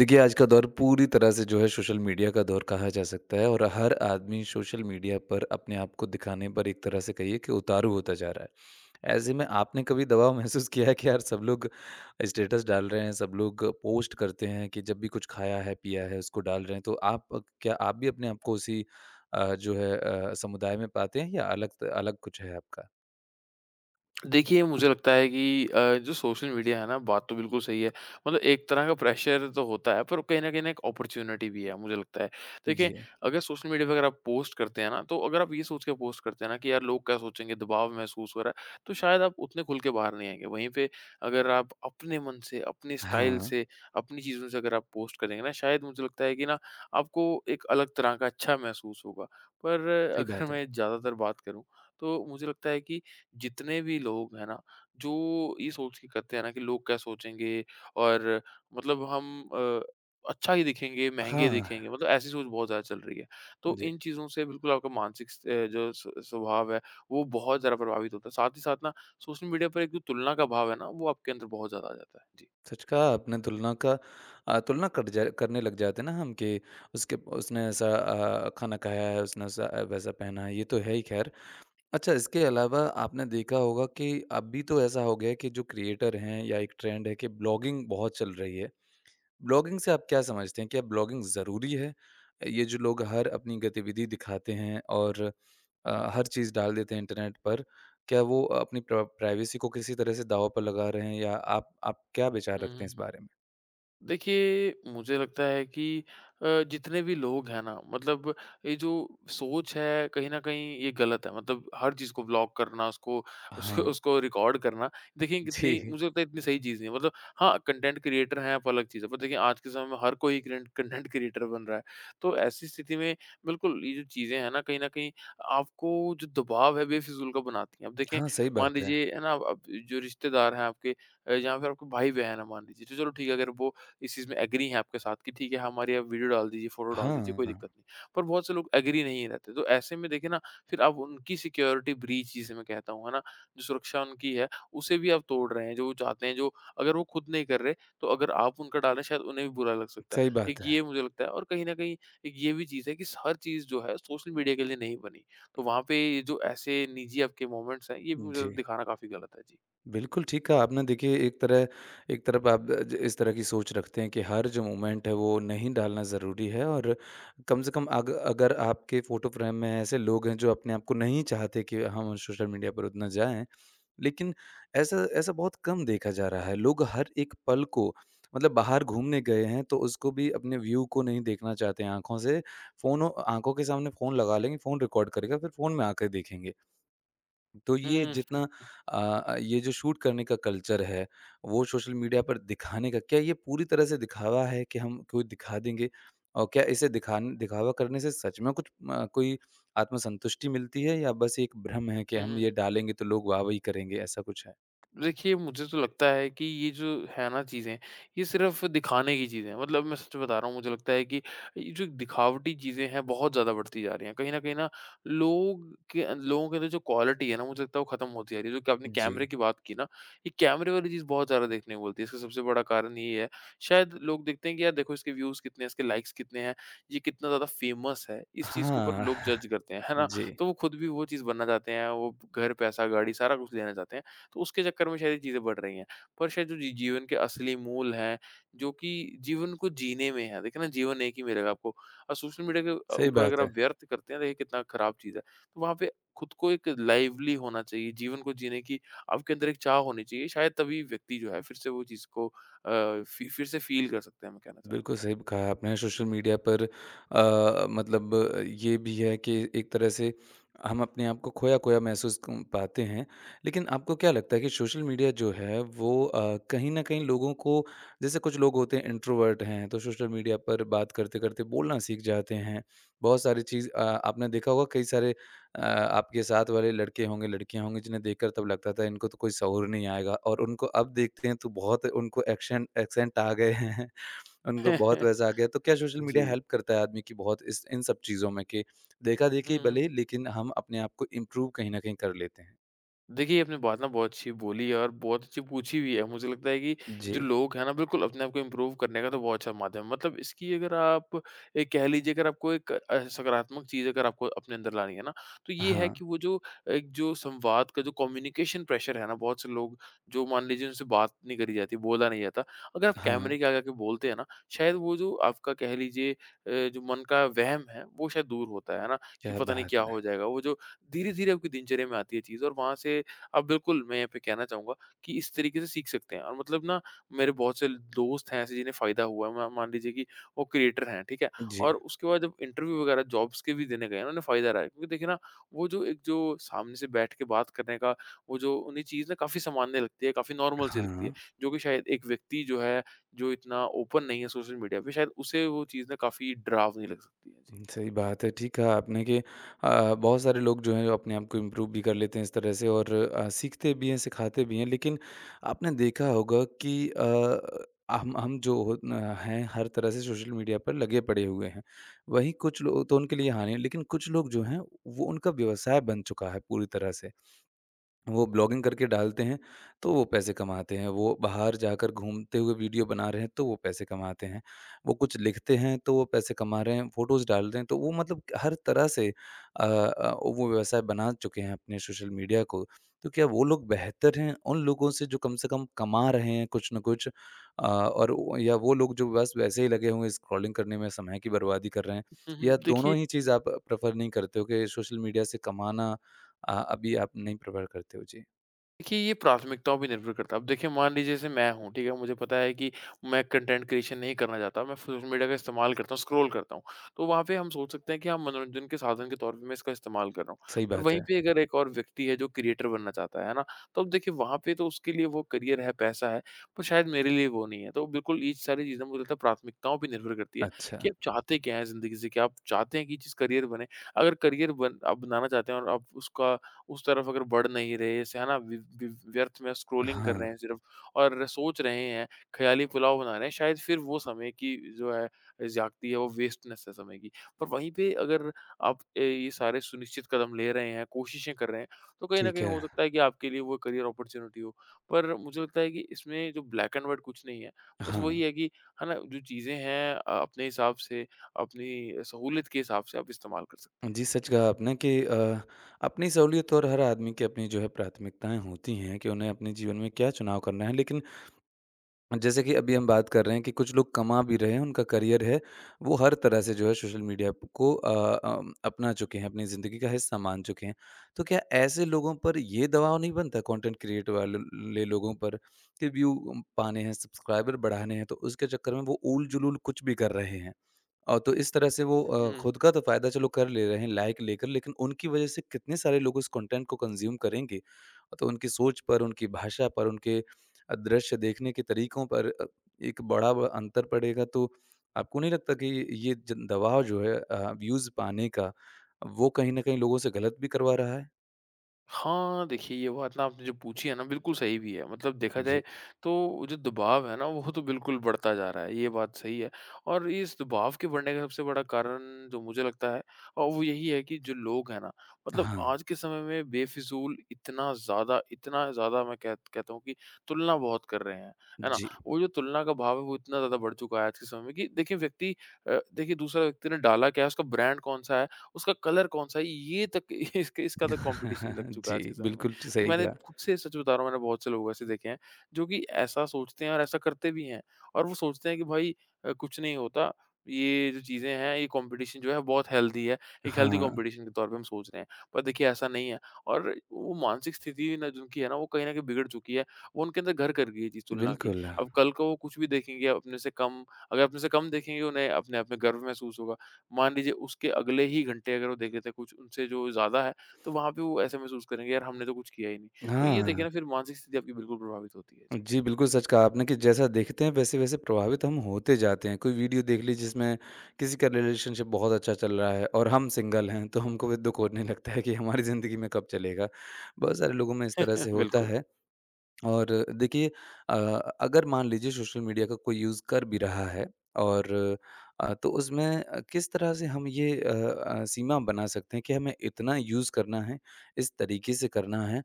देखिए, आज का दौर पूरी तरह से जो है सोशल मीडिया का दौर कहा जा सकता है और हर आदमी सोशल मीडिया पर अपने आप को दिखाने पर एक तरह से कहिए कि उतारू होता जा रहा है। ऐसे में आपने कभी दबाव महसूस किया है कि यार सब लोग स्टेटस डाल रहे हैं, सब लोग पोस्ट करते हैं कि जब भी कुछ खाया है, पिया है, उसको डाल रहे हैं। तो आप क्या आप भी अपने आप को उसी जो है समुदाय में पाते हैं या अलग अलग कुछ है आपका? देखिए, मुझे लगता है कि जो सोशल मीडिया है ना, बात तो बिल्कुल सही है। मतलब एक तरह का प्रेशर तो होता है, पर कहीं न कहीं ना एक अपॉर्च्युनिटी भी है, मुझे लगता है। देखिए, जी। अगर सोशल मीडिया पे अगर आप पोस्ट करते हैं ना, तो अगर आप ये सोच के पोस्ट करते हैं ना कि यार लोग क्या सोचेंगे, दबाव महसूस हो रहा है, तो शायद आप उतने खुल के बाहर नहीं आएँगे। वहीं पे अगर आप अपने मन से, अपने स्टाइल हाँ, से, अपनी चीज़ों से अगर आप पोस्ट करेंगे ना, शायद मुझे लगता है कि ना, आपको एक अलग तरह का अच्छा महसूस होगा। पर सही अगर बात है। मैं ज़्यादातर बात करूँ, तो मुझे लगता है कि जितने भी लोग हैं ना, जो ये सोच के करते हैं ना कि लोग क्या सोचेंगे और मतलब हम अच्छा ही दिखेंगे, महँगे हाँ, दिखेंगे, मतलब ऐसी सोच बहुत ज़्यादा चल रही है। तो जी। इन चीज़ों से बिल्कुल आपका मानसिक जो स्वभाव है, वो बहुत ज़्यादा प्रभावित होता है। साथ ही साथ ना सोशल मीडिया पर एक जो तुलना का भाव है ना, वो आपके अंदर बहुत ज़्यादा आ जाता है। जी। सच कहा आपने तुलना का तुलना कट जा करने लग जाते हैं ना हम कि उसके उसने ऐसा खाना खाया है, उसने ऐसा वैसा पहना है, ये तो है ही खैर। अच्छा इसके अलावा आपने देखा होगा कि अभी तो ऐसा हो गया है कि जो क्रिएटर हैं या एक ट्रेंड है कि ब्लॉगिंग बहुत चल रही है। ब्लॉगिंग से आप क्या समझते हैं? क्या ब्लॉगिंग ज़रूरी है? ये जो लोग हर अपनी गतिविधि दिखाते हैं और हर चीज़ डाल देते हैं इंटरनेट पर, क्या वो अपनी प्राइवेसी को किसी तरह से दाँव पर लगा रहे हैं या आप क्या विचार हुँ, रखते हुँ, हैं इस हुँ। बारे में? देखिए, मुझे लगता है कि जितने भी लोग हैं ना मतलब ये जो सोच है कहीं न कहीं ये गलत है। मतलब हर चीज़ को व्लॉग करना उसको उसको हाँ, उसको रिकॉर्ड करना देखिए कितनी जी। मुझे लगता है इतनी सही चीज़ नहीं है। मतलब हाँ, कंटेंट क्रिएटर हैं आप अलग चीज़ है। पर देखिए आज के समय में हर कोई क्रेंट कंटेंट क्रिएटर बन रहा है। तो ऐसी स्थिति में बिल्कुल ये जो चीज़ें हैं ना कहीं न कहीं आपको जो दबाव है बेफिज़ूल का बनाती हैं। अब देखें हाँ, सही मान बात है। लीजिए है ना अब जो रिश्तेदार हैं आपके, जहाँ पे आपके भाई-बहन हैं मान लीजिए तो चलो ठीक है अगर वो इस चीज़ में एग्री हैं आपके साथ कि ठीक है, हमारी आप वीडियो डाल दीजिए, फ़ोटो डाल दीजिए, कोई हाँ, दिक्कत नहीं। पर बहुत से लोग एग्री नहीं रहते, तो ऐसे में देखिए ना, फिर आप उनकी सिक्योरिटी ब्रीच जिसे मैं कहता हूँ, है ना? जो सुरक्षा उनकी है, उसे भी आप तोड़ रहे हैं, जो वो चाहते हैं, जो अगर वो खुद नहीं कर रहे, तो अगर आप उनका डालें, शायद उन्हें भी बुरा लग सकता है। सही एक बात है। ये मुझे लगता है और कहीं न कहीं एक ये भी चीज़ है कि स हर चीज़ जो है सोशल मीडिया के लिए नहीं बनी। तो वहाँ पे ये जो ऐसे निजी आपके मोमेंट्स हैं, ये भी मुझे जी, दिखाना काफ़ी गलत है। जी। बिल्कुल ठीक कहा आपने। देखिए एक तरफ आप ज इस तरह की सोच रखते हैं कि हर जो मोमेंट है वो नहीं डालना ज़रूरी है और कम से कम अग अगर आपके फ़ोटो फ्रेम में ऐसे लोग हैं जो अपने आप को नहीं चाहते कि हम सोशल मीडिया पर उतना जाएँ, लेकिन ऐसा ऐसा बहुत कम देखा जा रहा है। लोग हर एक पल को मतलब बाहर घूमने गए हैं तो उसको भी अपने व्यू को नहीं देखना चाहते हैं आँखों से। फ़ोन ओ आँखों के सामने फ़ोन लगा लेंगे, फ़ोन रिकॉर्ड करेगा फिर फ़ोन में आकर देखेंगे। तो ये हुँ, हुँ, जितना अ ये जो शूट करने का कल्चर है, वो सोशल मीडिया पर दिखाने का क्या ये पूरी तरह से दिखावा है कि हम कोई दिखा देंगे? और क्या इसे दिखान दिखावा करने से सच में कुछ कोई आत्मसंतुष्टि मिलती है या बस एक भ्रम है कि हुँ, हम हुँ। ये डालेंगे तो लोग वाह-वाही करेंगे, ऐसा कुछ है? देखिए, मुझे तो लगता है कि ये जो है ना चीज़ें, ये सिर्फ़ दिखाने की चीज़ें हैं। मतलब मैं सच बता रहा हूँ, मुझे लगता है कि ये जो दिखावटी चीज़ें हैं, बहुत ज़्यादा बढ़ती जा रही हैं। कहीं न कहीं ना लोग लोगों के अंदर जो क्वालिटी है ना, मुझे लगता है वो ख़त्म होती जा रही है। जो कि आपने जी। कैमरे की बात की ना, ये कैमरे वाली चीज़ बहुत ज़्यादा देखने को मिलती है। इसका सबसे बड़ा कारण ये है, शायद लोग देखते हैं कि यार देखो इसके व्यूज़ कितने हैं, इसके लाइक्स कितने हैं, ये कितना ज़्यादा फ़ेमस है, इस चीज़ के ऊपर हाँ, लोग जज करते हैं, है ना? जी, तो वो खुद भी वो चीज़ बनना चाहते हैं, वो घर, पैसा, गाड़ी सारा कुछ लेना चाहते हैं। तो उसके चक्कर में शायद ये चीज़ें बढ़ रही हैं। पर शायद जो जी जीवन के असली मूल हैं, जो कि जीवन को जीने में है, देखिए ना जीवन एक ही मिलेगा आपको। और सोशल मीडिया के सही ऊपर अगर बात है। आप व्यर्थ करते हैं, देखिए कितना खराब चीज़ है। तो वहाँ पे खुद को एक लाइवली होना चाहिए, जीवन को जीने की आपके अंदर एक चाह होनी चाहिए। शायद तभी व्यक्ति जो है फिर से वो चीज़ को, अ, फि फिर से फ़ील कर सकते हैं, मैं कहना चाहूँगा। बिल्कुल सही कहा आपने। सोशल मीडिया पर मतलब ये भी है कि एक तरह से हम अपने आप को खोया-खोया महसूस क पाते हैं। लेकिन आपको क्या लगता है कि सोशल मीडिया जो है वो कहीं न कहीं लोगों को जैसे कुछ लोग होते हैं इंट्रोवर्ट हैं, तो सोशल मीडिया पर बात करते-करते बोलना सीख जाते हैं। बहुत सारी चीज़ आपने देखा होगा कई सारे आपके साथ वाले लड़के होंगे, लड़कियाँ होंगी जिन्हें देखकर तब लगता था इनको तो कोई शऊर नहीं आएगा और उनको अब देखते हैं तो बहुत उनको एक्शन एक्सेंट आ गए हैं। उनको बहुत वैसा आ गया तो क्या सोशल मीडिया जी। हेल्प करता है आदमी की बहुत इस इन सब चीज़ों में कि हुँ, देखा-देखी हुँ। भले लेकिन हम अपने आप को इम्प्रूव कहीं न कहीं कर लेते हैं? देखिए, आपने बात ना बहुत अच्छी बोली और बहुत अच्छी पूछी भी है। मुझे लगता है कि जी। जो लोग हैं ना बिल्कुल अपने आप को इम्प्रूव करने का तो बहुत अच्छा माध्यम है। मतलब इसकी अगर आप एक कह लीजिए अगर आपको एक सकारात्मक चीज़ अगर आपको अपने अंदर लानी है ना, तो ये है हाँ, कि वो जो एक जो संवाद का जो कम्युनिकेशन प्रेशर है ना, बहुत से लोग जो मान लीजिए उनसे बात नहीं करी जाती, बोला नहीं जाता। अगर आप हाँ। कैमरे के आगे आके बोलते हैं ना, शायद वो जो आपका कह लीजिए, जो मन का वहम है, वो शायद दूर होता है ना? कि क्या पता नहीं बात क्या है! हो जाएगा? वो जो धीरे-धीरे आपकी दिनचर्या में आती है चीज़ और वहाँ से आप बिल्कुल मैं यहाँ पे कहना चाहूँगा कि इस तरीके से सीख सकते हैं और मतलब ना मेरे बहुत से दोस्त हैं ऐसे जिन्हें फ़ायदा हुआ है। मा मान लीजिए कि वो क्रिएटर हैं, ठीक है? और जी, उसके बाद जब इंटरव्यू वगैरह जॉब्स के भी देने गए ना उन्हें फ़ायदा रहा है। क्योंकि देखिए ना वो जो एक जो सामने से बैठ के बात करने का वो जो उन्हें चीज़ ना काफ़ी सामान्य लगती है, काफ़ी नॉर्मल सी लगती है। हाँ। जो कि शायद एक व्यक्ति जो है, जो इतना ओपन नहीं है सोशल मीडिया पे शायद उसे वो चीज़ ना काफ़ी डरावनी लग सकती है। जी। हुँ, सही बात है। ठीक कहा आपने कि बहुत सारे लोग जो हैं जो अपने आप को इम्प्रूव भी कर लेते हैं इस तरह से और सीखते भी हैं, सिखाते भी हैं। लेकिन आपने देखा होगा कि हम जो हो न हैं हर तरह से सोशल मीडिया पर लगे पड़े हुए हैं। वहीं कुछ लोग तो उनके लिए हानि है लेकिन कुछ लोग जो हैं वो उनका व्यवसाय बन चुका है पूरी तरह से। वो ब्लॉगिंग करके डालते हैं, तो वो पैसे कमाते हैं। वो बाहर जाकर घूमते हुए वीडियो बना रहे हैं, तो वो पैसे कमाते हैं। वो कुछ लिखते हैं, तो वो पैसे कमा रहे हैं। फ़ोटोज़ डाल रहे हैं, तो वो मतलब हर तरह से वो व्यवसाय बना चुके हैं अपने सोशल मीडिया को। तो क्या वो लोग बेहतर हैं उन लोगों से जो कम से कम कमा रहे हैं कुछ न कुछ? और या वो लोग जो बस वैसे ही लगे हुए स्क्रॉलिंग करने में समय की बर्बादी कर रहे हैं? हुँ, हुँ। या देखिए दोनों ही चीज़ आप प्रेफ़र नहीं करते हो कि सोशल मीडिया से कमाना अभी आप नहीं प्रेफ़र करते हो? जी, देखिए, ये प्राथमिकताओं पे निर्भर करता है। अब देखिए मान लीजिए जैसे मैं हूँ, ठीक है? मुझे पता है कि मैं कंटेंट क्रिएशन नहीं करना चाहता, मैं सोशल मीडिया का इस्तेमाल करता हूँ, स्क्रॉल करता हूँ। तो वहाँ पे हम सोच सकते हैं कि हाँ, मनोरंजन के साधन के तौर पे मैं इसका इस्तेमाल कर रहा हूँ। सही पर बात वहीं है। पे अगर एक और व्यक्ति है जो क्रिएटर बनना चाहता है ना? तो अब देखिए वहाँ पे तो उसके लिए वो करियर है, पैसा है, पर शायद मेरे लिए वो नहीं है। तो बिल्कुल ये सारी चीज़ें मुझे लगता है प्राथमिकताओं पे निर्भर करती है अच्छा, कि आप चाहते क्या हैं ज़िंदगी से? क्या आप चाहते हैं कि ये चीज़ करियर बने? अगर करियर बन आप बनाना चाहते हैं और आप उसका उस तरफ अगर बढ़ नहीं रहे, जैसे है ना वि वि व्यर्थ में स्क्रॉलिंग हाँ, कर रहे हैं सिर्फ़ और सोच रहे हैं, ख़याली पुलाव बना रहे हैं, शायद फिर वो समय की जो है जागती है, वो वेस्टनेस है समय की। पर वहीं पे अगर आप, ये सारे सुनिश्चित कदम ले रहे हैं, कोशिशें कर रहे हैं, तो कहीं न ठीक कहीं है। हो सकता है कि आपके लिए वो करियर अपॉर्च्युनिटी हो। पर मुझे लगता है कि इसमें जो ब्लैक एंड व्हाइट कुछ नहीं है, बस हाँ, वही है कि है ना, जो चीज़ें हैं अपने हिसाब से, अपनी सहूलियत के हिसाब से आप इस्तेमाल कर सकते हैं। जी, जी। सच कहा आपने कि अपनी सहूलियत और हर आदमी की अपनी जो है प्राथमिकताएँ होती हैं कि उन्हें अपने जीवन में क्या चुनाव करना है, लेकिन जैसे कि अभी हम बात कर रहे हैं कि कुछ लोग कमा भी रहे हैं, उनका करियर है, वो हर तरह से जो है सोशल मीडिया प को अपना चुके हैं, अपनी ज़िंदगी का हिस्सा मान चुके हैं। तो क्या ऐसे लोगों पर ये दबाव नहीं बनता कंटेंट क्रिएटर वाले ले लोगों पर कि व्यू पाने हैं, सब्सक्राइबर बढ़ाने हैं, तो उसके चक्कर में वो ऊल-जुलूल कुछ भी कर रहे हैं। और तो इस तरह से वो हुँ। खुद का तो फ़ायदा चलो कर ले रहे हैं लाइक लेकर, लेकिन उनकी वजह से कितने सारे लोग उस कंटेंट को कंज़्यूम करेंगे। तो उनकी सोच पर, उनकी भाषा पर, उनके दृश्य देखने के तरीकों पर एक बड़ा ब अंतर पड़ेगा। तो आपको नहीं लगता कि ये जन दबाव जो है व्यूज़ पाने का, वो कहीं न कहीं लोगों से गलत भी करवा रहा है? हाँ, देखिए ये बात ना आपने जो पूछी है ना बिल्कुल सही भी है। मतलब देखा जाए जी। तो जो दबाव है ना वो तो बिल्कुल बढ़ता जा रहा है, ये बात सही है। और इस दबाव के बढ़ने का सबसे बड़ा कारण जो मुझे लगता है, वो यही है कि जो लोग हैं ना मतलब हाँ, आज के समय में बेफ़िज़ूल इतना ज़्यादा मैं कह कहता हूँ कि तुलना बहुत कर रहे हैं, है ना? जी। वो जो तुलना का भाव है वो इतना ज़्यादा बढ़ चुका है आज के समय में कि देखिए व्यक्ति, देखिए दूसरा व्यक्ति ने डाला क्या है, उसका ब्रांड कौन-सा है उसका कलर कौन-सा है ये तक इसके इसका तक कॉम्पिटिशन लग चुका है जी, आज के समय में। बिल्कुल तो सही मैंने कहा। खुद से सच बता रहा हूँ मैंने बहुत से लोग ऐसे देखे हैं जो कि ऐसा सोचते हैं और ऐसा करते भी हैं। और वो सोचते हैं कि भाई, कुछ नहीं होता, ये जो चीज़ें हैं ये कॉम्पिटिशन जो है बहुत हेल्दी है, एक हेल्दी हाँ, कॉम्पिटिशन के तौर पे हम सोच रहे हैं। पर देखिए ऐसा नहीं है और वो मानसिक स्थिति ना जिनकी है ना वो कहीं न कहीं बिगड़ चुकी है। वो उनके अंदर घर कर गई है ये चीज़ तुलना की। बिल्कुल। अब कल को वो कुछ भी देखेंगे अपने से कम, अगर अपने से कम देखेंगे उन्हें अपने आप में गर्व महसूस होगा। मान लीजिए उसके अगले ही घंटे अगर वो देख लेते हैं कुछ उनसे जो ज़्यादा है, तो वहाँ पे वो ऐसा महसूस करेंगे यार हमने तो कुछ किया ही नहीं। तो ये देखिए ना हाँ। फिर मानसिक स्थिति आपकी बिल्कुल प्रभावित होती है। जी, जी, बिल्कुल सच कहा आपने कि जैसा देखते हैं वैसे-वैसे प्रभावित हम होते जाते हैं। कोई वीडियो देख ली जिसमें किसी का रिलेशनशिप बहुत अच्छा चल रहा है और हम सिंगल हैं, तो हमको भी दुःख होने लगता है कि हमारी ज़िंदगी में कब चलेगा। बहुत सारे लोगों में इस तरह से होता बिल्कुल। है। और देखिए अ, अगर मान लीजिए सोशल मीडिया का कोई यूज़ कर भी रहा है और तो उसमें किस तरह से हम ये सीमा बना सकते हैं कि हमें इतना यूज़ करना है, इस तरीके से करना है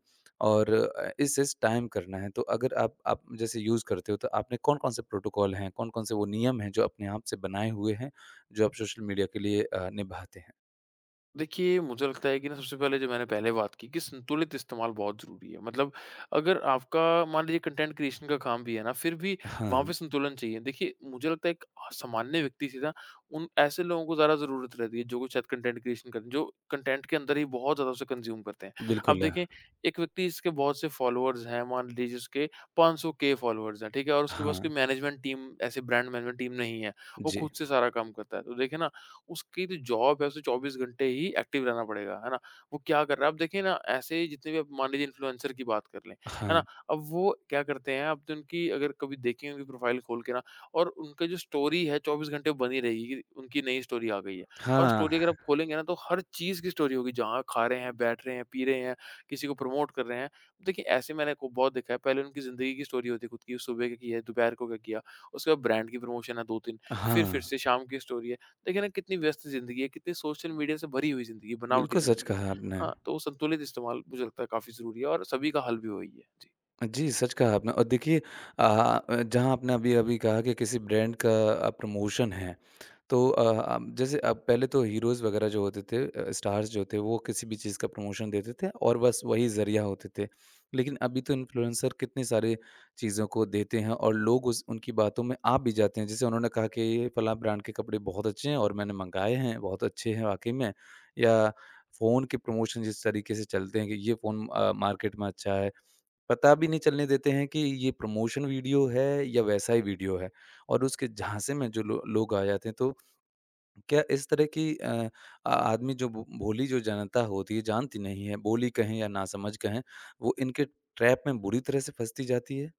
और इस टाइम करना है। तो अगर आप जैसे यूज़ करते हो तो आपने कौन-कौन से प्रोटोकॉल हैं, कौन-कौन से वो नियम हैं जो अपने आप से बनाए हुए हैं, जो आप सोशल मीडिया के लिए निभाते हैं? देखिए, मुझे लगता है कि ना सबसे पहले जो मैंने पहले बात की कि संतुलित इस्तेमाल बहुत ज़रूरी है। मतलब अगर आपका मान लीजिए कंटेंट क्रिएशन का काम भी है ना, फिर भी हाँ, वहाँ पे संतुलन चाहिए। देखिए, मुझे लगता है एक सामान्य व्यक्ति से ना उन ऐसे लोगों को ज़्यादा ज़रूरत रहती है, जो कि शायद कंटेंट क्रिएशन करते हैं, जो कंटेंट के अंदर ही बहुत ज़्यादा उसे कंज़्यूम करते हैं। अब बिल्कुल। देखें, एक व्यक्ति जिसके बहुत से फॉलोअर्स हैं, मान लीजिए उसके 500 के फॉलोअर्स हैं, ठीक है? और उसके पास कोई हाँ, मैनेजमेंट टीम ऐसे ब्रांड मैनेजमेंट टीम नहीं है, वो जी। खुद से सारा काम करता है। तो देखिए ना, उसकी जो जॉब है उसे 24 घंटे ही एक्टिव रहना पड़ेगा, है ना? वो क्या कर रहा है आप देखिए ना, ऐसे ही जितने भी आप मान लीजिए इन्फ्लुएंसर की बात कर लें, है हाँ, ना? अब वो क्या करते हैं आप तो उनकी अगर कभी देखें उनकी प्रोफाइल खोल के ना, और उनका जो स्टोरी है 24 घंटे बनी रहेगी, कि उनकी नई स्टोरी आ गई है। और स्टोरी हाँ, अगर आप खोलेंगे ना तो हर चीज़ की स्टोरी होगी, जहाँ खा रहे हैं, बैठ रहे हैं, पी रहे हैं, किसी को प्रमोट कर रहे हैं। देखिए ऐसे मैंने को बहुत देखा है, पहले उनकी ज़िंदगी की स्टोरी होती है खुद की, सुबह क्या किया, है, दोपहर को क्या किया, उसके बाद ब्रांड की प्रमोशन है 2-3, फिर, हाँ। फिर से शाम की स्टोरी है। तो देखिए ना कितनी व्यस्त ज़िंदगी है, कितनी सोशल मीडिया से भरी हुई ज़िंदगी है, बनावटी बिल्कुल सच ज़िंदगी है। कहा आपने। हाँ, तो संतुलित इस्तेमाल मुझे लगता है काफ़ी ज़रूरी है और सभी का हल भी वही है। जी। जी, सच कहा आपने और देखिए जहाँ आपने अभी-अभी कहा कि किसी ब्रांड का प्रमोशन है, तो अब जैसे अब पहले तो हीरोज़ वगैरह जो होते थे स्टार्स जो थे, वो किसी भी चीज़ का प्रमोशन देते थे और बस वही ज़रिया होते थे। लेकिन अभी तो इन्फ्लुएंसर कितने सारे चीज़ों को देते हैं और लोग उस उनकी बातों में आ भी जाते हैं। जैसे उन्होंने कहा कि ये फलाँ ब्रांड के कपड़े बहुत अच्छे हैं और मैंने मँगाए हैं, बहुत अच्छे हैं वाक़ई में। या फ़ोन के प्रमोशन जिस तरीके से चलते हैं कि ये फ़ोन मार्केट में अच्छा है, पता भी नहीं चलने देते हैं कि ये प्रमोशन वीडियो है या वैसा ही वीडियो है और उसके झांसे में जो लोग आ जाते हैं, तो क्या इस तरह की आदमी जो भोली जो जनता होती है जानती नहीं है बोली कहें या नासमझ कहें वो इनके ट्रैप में बुरी तरह से फंसती जाती है।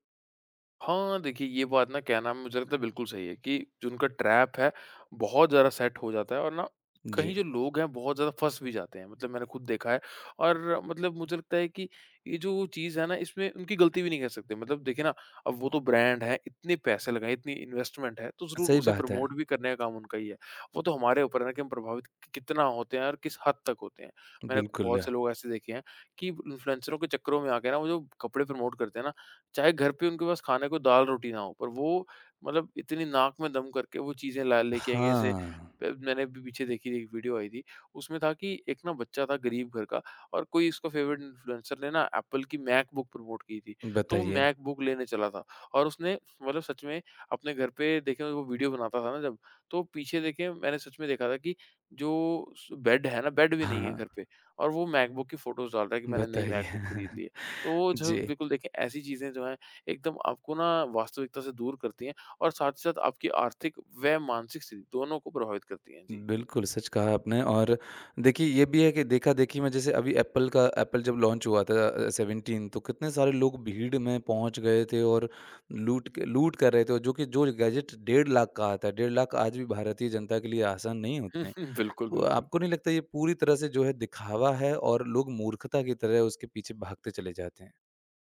हाँ, देखिए ये बात ना क्या नाम है, मुझे लगता है बिल्कुल सही है कि जो उनका ट्रैप है बहुत ज़्यादा सेट हो जाता है, और ना कहीं जी। जो लोग हैं बहुत ज़्यादा फँस भी जाते हैं। मतलब मैंने खुद देखा है और मतलब मुझे लगता है कि ये जो चीज़ है ना, इसमें उनकी गलती भी नहीं कर सकते। मतलब देखिए ना, अब वो तो ब्रांड है, इतने पैसे लगाए, इतनी इन्वेस्टमेंट है, तो ज़रूर सही उसे बात है। प्रमोट भी करने का काम उनका ही है। वो तो हमारे ऊपर है ना कि हम प्रभावित कि कितना होते हैं और किस हद तक होते हैं। मैंने बिल्कुल। बहुत से लोग ऐसे देखे हैं कि इन्फ्लुएंसरों के चक्करों में आके ना वो जो कपड़े प्रमोट करते हैं ना, चाहे घर पे उनके पास खाने को दाल-रोटी ना हो, पर वो मतलब इतनी नाक में दम करके वो चीज़ें ला लेके आएँगे ऐसे हाँ। प मैंने अभी पीछे देखी थी एक वीडियो आई थी, उसमें था कि एक ना बच्चा था गरीब घर का, और कोई इसका फेवरेट इन्फ्लुएंसर ने ना एप्पल की मैकबुक प्रमोट की थी, तो वो बताइए। मैकबुक लेने चला था और उसने मतलब सच में अपने घर पे, देखें वो वीडियो बनाता था ना जब, तो पीछे देखें मैंने सच में देखा था कि जो स बेड है ना, बेड भी नहीं है हाँ, घर पे, और वो मैकबुक की फोटोज़ डाल रहा है कि मैंने नई मैकबुक बताइए। खरीद ली है। तो जो जी, बिल्कुल देखिए ऐसी चीज़ें जो हैं एकदम आपको ना वास्तविकता से दूर करती हैं, और साथ ही साथ आपकी आर्थिक व मानसिक स्थिति दोनों को प्रभावित करती हैं। जी। बिल्कुल, सच कहा आपने और देखिए ये भी है कि देखा-देखी में जैसे अभी एप्पल जब लॉन्च हुआ था 17 तो कितने सारे लोग भीड़ में पहुँच गए थे और लूट के लूट कर रहे थे और जो कि जो गैजेट 1.5 लाख का आता है, 1.5 लाख आज भी भारतीय जनता के लिए आसान नहीं होते हैं। बिल्कुल, तो बिल्कुल। आपको नहीं लगता ये पूरी तरह से जो है दिखावा है और लोग मूर्खता की तरह उसके पीछे भागते चले जाते हैं?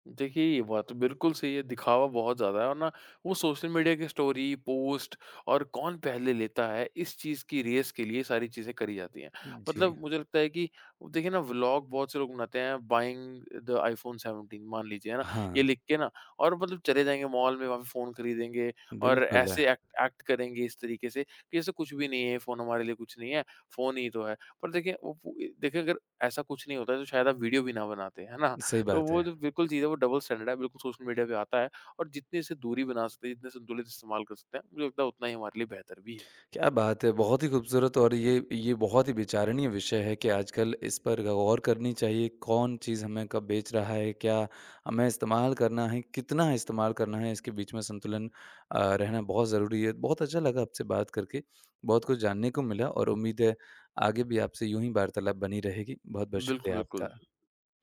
देखिए, ये बात तो बिल्कुल सही है, दिखावा बहुत ज़्यादा है और ना वो सोशल मीडिया की स्टोरी, पोस्ट, और कौन पहले लेता है, इस चीज़ की रेस के लिए ये सारी चीज़ें करी जाती हैं। जी। मतलब मुझे लगता है कि देखिए ना, व्लॉग बहुत से लोग बनाते हैं, बाइंग द आईफोन 17 मान लीजिए, है ना? हाँ, ये लिख के ना, और मतलब चले जाएँगे मॉल में, वहाँ पे फ़ोन खरीदेंगे, और बिल्कुल, है, ऐसे एक्ट एक्ट करेंगे इस तरीके से कि जैसे कुछ भी नहीं है, ये फ़ोन हमारे लिए कुछ नहीं है, फ़ोन ही तो है। पर देखिए, वो पू देखिए अगर ऐसा कुछ नहीं होता तो शायद आप वीडियो भी ना बनाते, है ना? सही तो बात वो है। जो बिल्कुल चीज़ है वो डबल स्टैंडर्ड है, बिल्कुल सोशल मीडिया पे आता है, और जितनी इससे दूरी बना सकते हैं, जितना संतुलित इस्तेमाल कर सकते हैं, मुझे लगता है उतना ही हमारे लिए बेहतर भी है। क्या बात है! बहुत ही खूबसूरत और ये बहुत ही विचारणीय विषय है कि आजकल इस पर गौर करनी चाहिए, कौन चीज़ हमें कब बेच रहा है, क्या हमें इस्तेमाल करना है, कितना इस्तेमाल करना है, इसके बीच में संतुलन रहना बहुत ज़रूरी है। बहुत अच्छा लगा आपसे बात करके, बहुत कुछ जानने को मिला और उम्मीद है आगे भी आपसे यूँ ही वार्तालाप बनी रहेगी। बहुत-बहुत बिल्कुल, शुक्रिया बिल्कुल। आपका।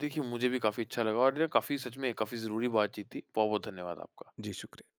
देखिए मुझे भी काफ़ी अच्छा लगा और ये काफ़ी, सच में काफ़ी ज़रूरी बातचीत थी। बहुत-बहुत धन्यवाद आपका। जी, शुक्रिया।